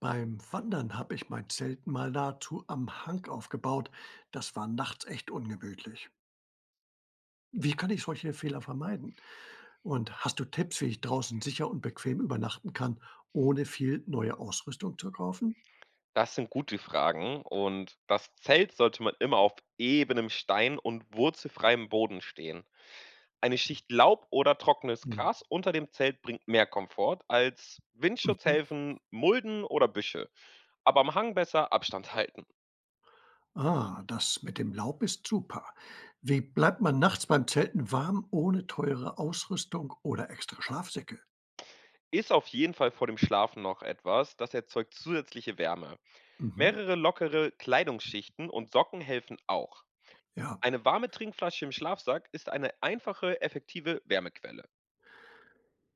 Beim Wandern habe ich mein Zelt mal nahezu am Hang aufgebaut. Das war nachts echt ungemütlich. Wie kann ich solche Fehler vermeiden? Und hast du Tipps, wie ich draußen sicher und bequem übernachten kann, ohne viel neue Ausrüstung zu kaufen? Das sind gute Fragen und das Zelt sollte man immer auf ebenem Stein und wurzelfreiem Boden stehen. Eine Schicht Laub oder trockenes Hm, Gras unter dem Zelt bringt mehr Komfort als mhm. Windschutzhelfen, Mulden oder Büsche. Aber am Hang besser Abstand halten. Ah, das mit dem Laub ist super. Wie bleibt man nachts beim Zelten warm ohne teure Ausrüstung oder extra Schlafsäcke? Ist auf jeden Fall vor dem Schlafen noch etwas, das erzeugt zusätzliche Wärme. Mhm. Mehrere lockere Kleidungsschichten und Socken helfen auch. Ja, Eine warme Trinkflasche im Schlafsack ist eine einfache, effektive Wärmequelle.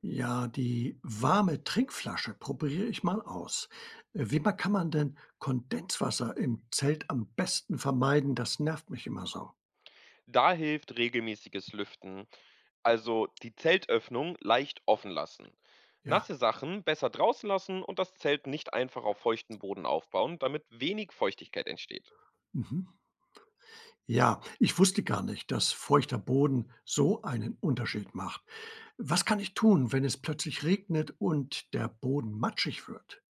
ja, die warme Trinkflasche probiere ich mal aus. Wie man kann man denn Kondenswasser im Zelt am besten vermeiden? Das nervt mich immer so. Da hilft regelmäßiges Lüften, also die Zeltöffnung leicht offen lassen. Nasse Ja. Sachen besser draußen lassen und das Zelt nicht einfach auf feuchten Boden aufbauen, damit wenig Feuchtigkeit entsteht. Mhm. Ja, ich wusste gar nicht, dass feuchter Boden so einen Unterschied macht. Was kann ich tun, wenn es plötzlich regnet und der Boden matschig wird?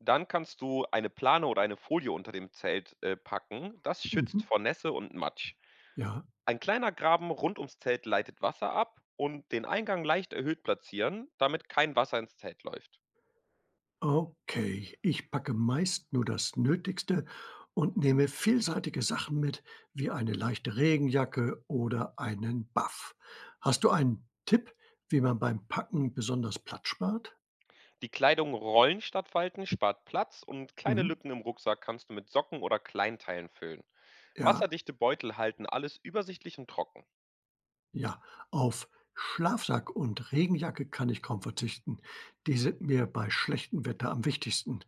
Dann kannst du eine Plane oder eine Folie unter dem Zelt packen. Das schützt Mhm. vor Nässe und Matsch. Ja. Ein kleiner Graben rund ums Zelt leitet Wasser ab und den Eingang leicht erhöht platzieren, damit kein Wasser ins Zelt läuft. Okay, ich packe meist nur das Nötigste und nehme vielseitige Sachen mit, wie eine leichte Regenjacke oder einen Buff. Hast du einen Tipp, wie man beim Packen besonders Platz spart? Die Kleidung rollen statt falten spart Platz und kleine Mhm. Lücken im Rucksack kannst du mit Socken oder Kleinteilen füllen. Ja, Wasserdichte Beutel halten alles übersichtlich und trocken. ja. Auf Schlafsack und Regenjacke kann ich kaum verzichten. Die sind mir bei schlechtem Wetter am wichtigsten.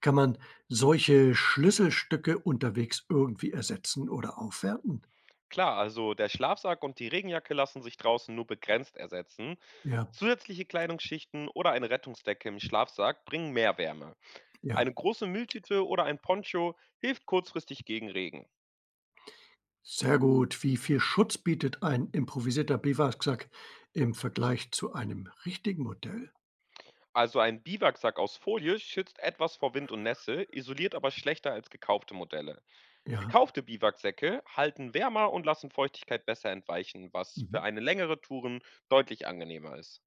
Kann man solche Schlüsselstücke unterwegs irgendwie ersetzen oder aufwerten? Klar, also der Schlafsack und die Regenjacke lassen sich draußen nur begrenzt ersetzen. Ja, Zusätzliche Kleidungsschichten oder eine Rettungsdecke im Schlafsack bringen mehr Wärme. ja. Eine große Mülltüte oder ein Poncho hilft kurzfristig gegen Regen. Sehr gut. Wie viel Schutz bietet ein improvisierter Biwaksack im Vergleich zu einem richtigen Modell? Also ein Biwaksack aus Folie schützt etwas vor Wind und Nässe, isoliert aber schlechter als gekaufte Modelle. Ja. Gekaufte Biwaksäcke halten wärmer und lassen Feuchtigkeit besser entweichen, was für Mhm. eine längere Touren deutlich angenehmer ist.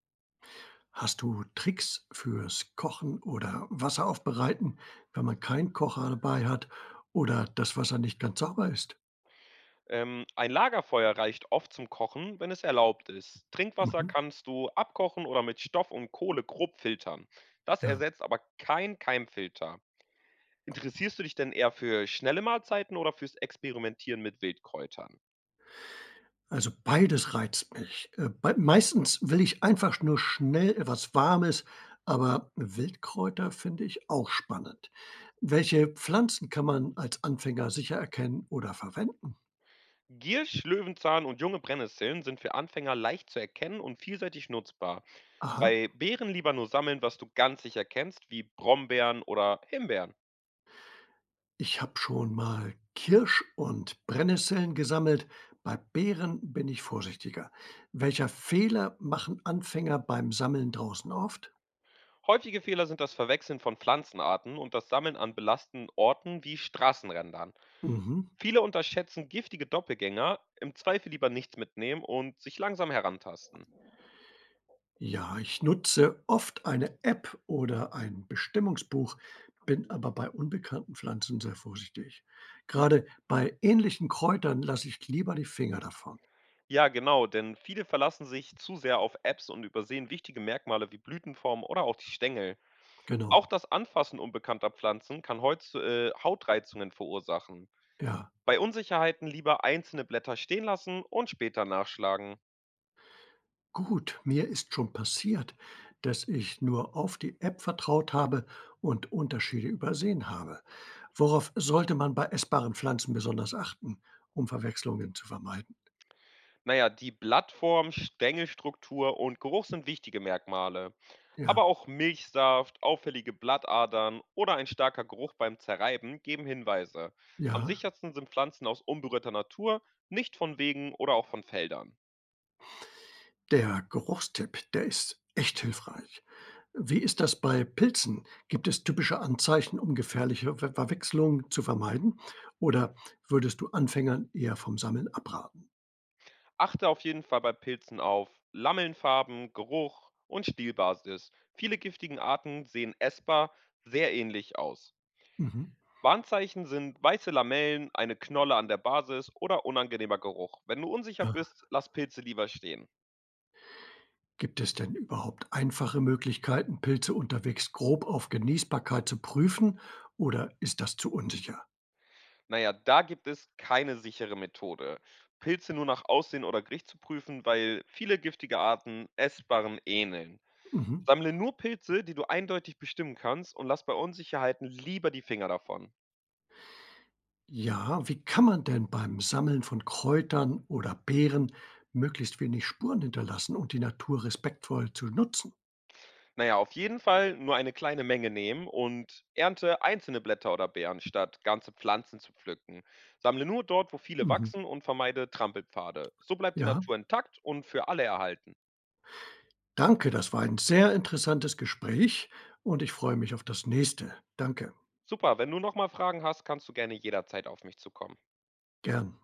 Hast du Tricks fürs Kochen oder Wasser aufbereiten, wenn man keinen Kocher dabei hat oder das Wasser nicht ganz sauber ist? Ein Lagerfeuer reicht oft zum Kochen, wenn es erlaubt ist. Trinkwasser Mhm. kannst du abkochen oder mit Stoff und Kohle grob filtern. Das Ja. ersetzt aber kein Keimfilter. Interessierst du dich denn eher für schnelle Mahlzeiten oder fürs Experimentieren mit Wildkräutern? Also beides reizt mich. Bei meistens will ich einfach nur schnell etwas Warmes, aber Wildkräuter finde ich auch spannend. Welche Pflanzen kann man als Anfänger sicher erkennen oder verwenden? Giersch, Löwenzahn und junge Brennnesseln sind für Anfänger leicht zu erkennen und vielseitig nutzbar. Aha, Bei Beeren lieber nur sammeln, was du ganz sicher kennst, wie Brombeeren oder Himbeeren. ich habe schon mal Kirsch und Brennnesseln gesammelt. Bei Beeren bin ich vorsichtiger. Welcher Fehler machen Anfänger beim Sammeln draußen oft? Häufige Fehler sind das Verwechseln von Pflanzenarten und das Sammeln an belasteten Orten wie Straßenrändern. Mhm. Viele unterschätzen giftige Doppelgänger, im Zweifel lieber nichts mitnehmen und sich langsam herantasten. Ja, ich nutze oft eine App oder ein Bestimmungsbuch, bin aber bei unbekannten Pflanzen sehr vorsichtig. Gerade bei ähnlichen Kräutern lasse ich lieber die Finger davon. Ja, genau, denn viele verlassen sich zu sehr auf Apps und übersehen wichtige Merkmale wie Blütenform oder auch die Stängel. Auch Genau, das Anfassen unbekannter Pflanzen kann Hautz Hautreizungen verursachen. ja. Bei Unsicherheiten lieber einzelne Blätter stehen lassen und später nachschlagen. Gut, mir ist schon passiert, dass ich nur auf die App vertraut habe und Unterschiede übersehen habe. Worauf sollte man bei essbaren Pflanzen besonders achten, um Verwechslungen zu vermeiden? Naja, die Blattform, Stängelstruktur und Geruch sind wichtige Merkmale. Aber Ja, auch Milchsaft, auffällige Blattadern oder ein starker Geruch beim Zerreiben geben Hinweise. Am ja. sichersten sind Pflanzen aus unberührter Natur, nicht von Wegen oder auch von Feldern. Der Geruchstipp, der ist echt hilfreich. Wie ist das bei Pilzen? Gibt es typische Anzeichen, um gefährliche Verwechslungen zu vermeiden? Oder würdest du Anfängern eher vom Sammeln abraten? Achte auf jeden Fall bei Pilzen auf Lammelnfarben, Geruch und Stielbasis. Viele giftigen Arten sehen essbar sehr ähnlich aus. Mhm. Warnzeichen sind weiße Lamellen, eine Knolle an der Basis oder unangenehmer Geruch. Wenn du unsicher Ja. bist, lass Pilze lieber stehen. Gibt es denn überhaupt einfache Möglichkeiten, Pilze unterwegs grob auf Genießbarkeit zu prüfen oder ist das zu unsicher? Naja, da gibt es keine sichere Methode. Pilze nur nach Aussehen oder Geruch zu prüfen, weil viele giftige Arten essbaren ähneln. Mhm. Sammle nur Pilze, die du eindeutig bestimmen kannst und lass bei Unsicherheiten lieber die Finger davon. Ja, wie kann man denn beim Sammeln von Kräutern oder Beeren möglichst wenig Spuren hinterlassen und die Natur respektvoll zu nutzen? Na ja, auf jeden Fall nur eine kleine Menge nehmen und ernte einzelne Blätter oder Beeren, statt ganze Pflanzen zu pflücken. Sammle nur dort, wo viele Mhm. wachsen und vermeide Trampelpfade. So bleibt die Ja, Natur intakt und für alle erhalten. danke, das war ein sehr interessantes Gespräch und ich freue mich auf das nächste. Danke, Super, wenn du nochmal Fragen hast, kannst du gerne jederzeit auf mich zukommen. gern.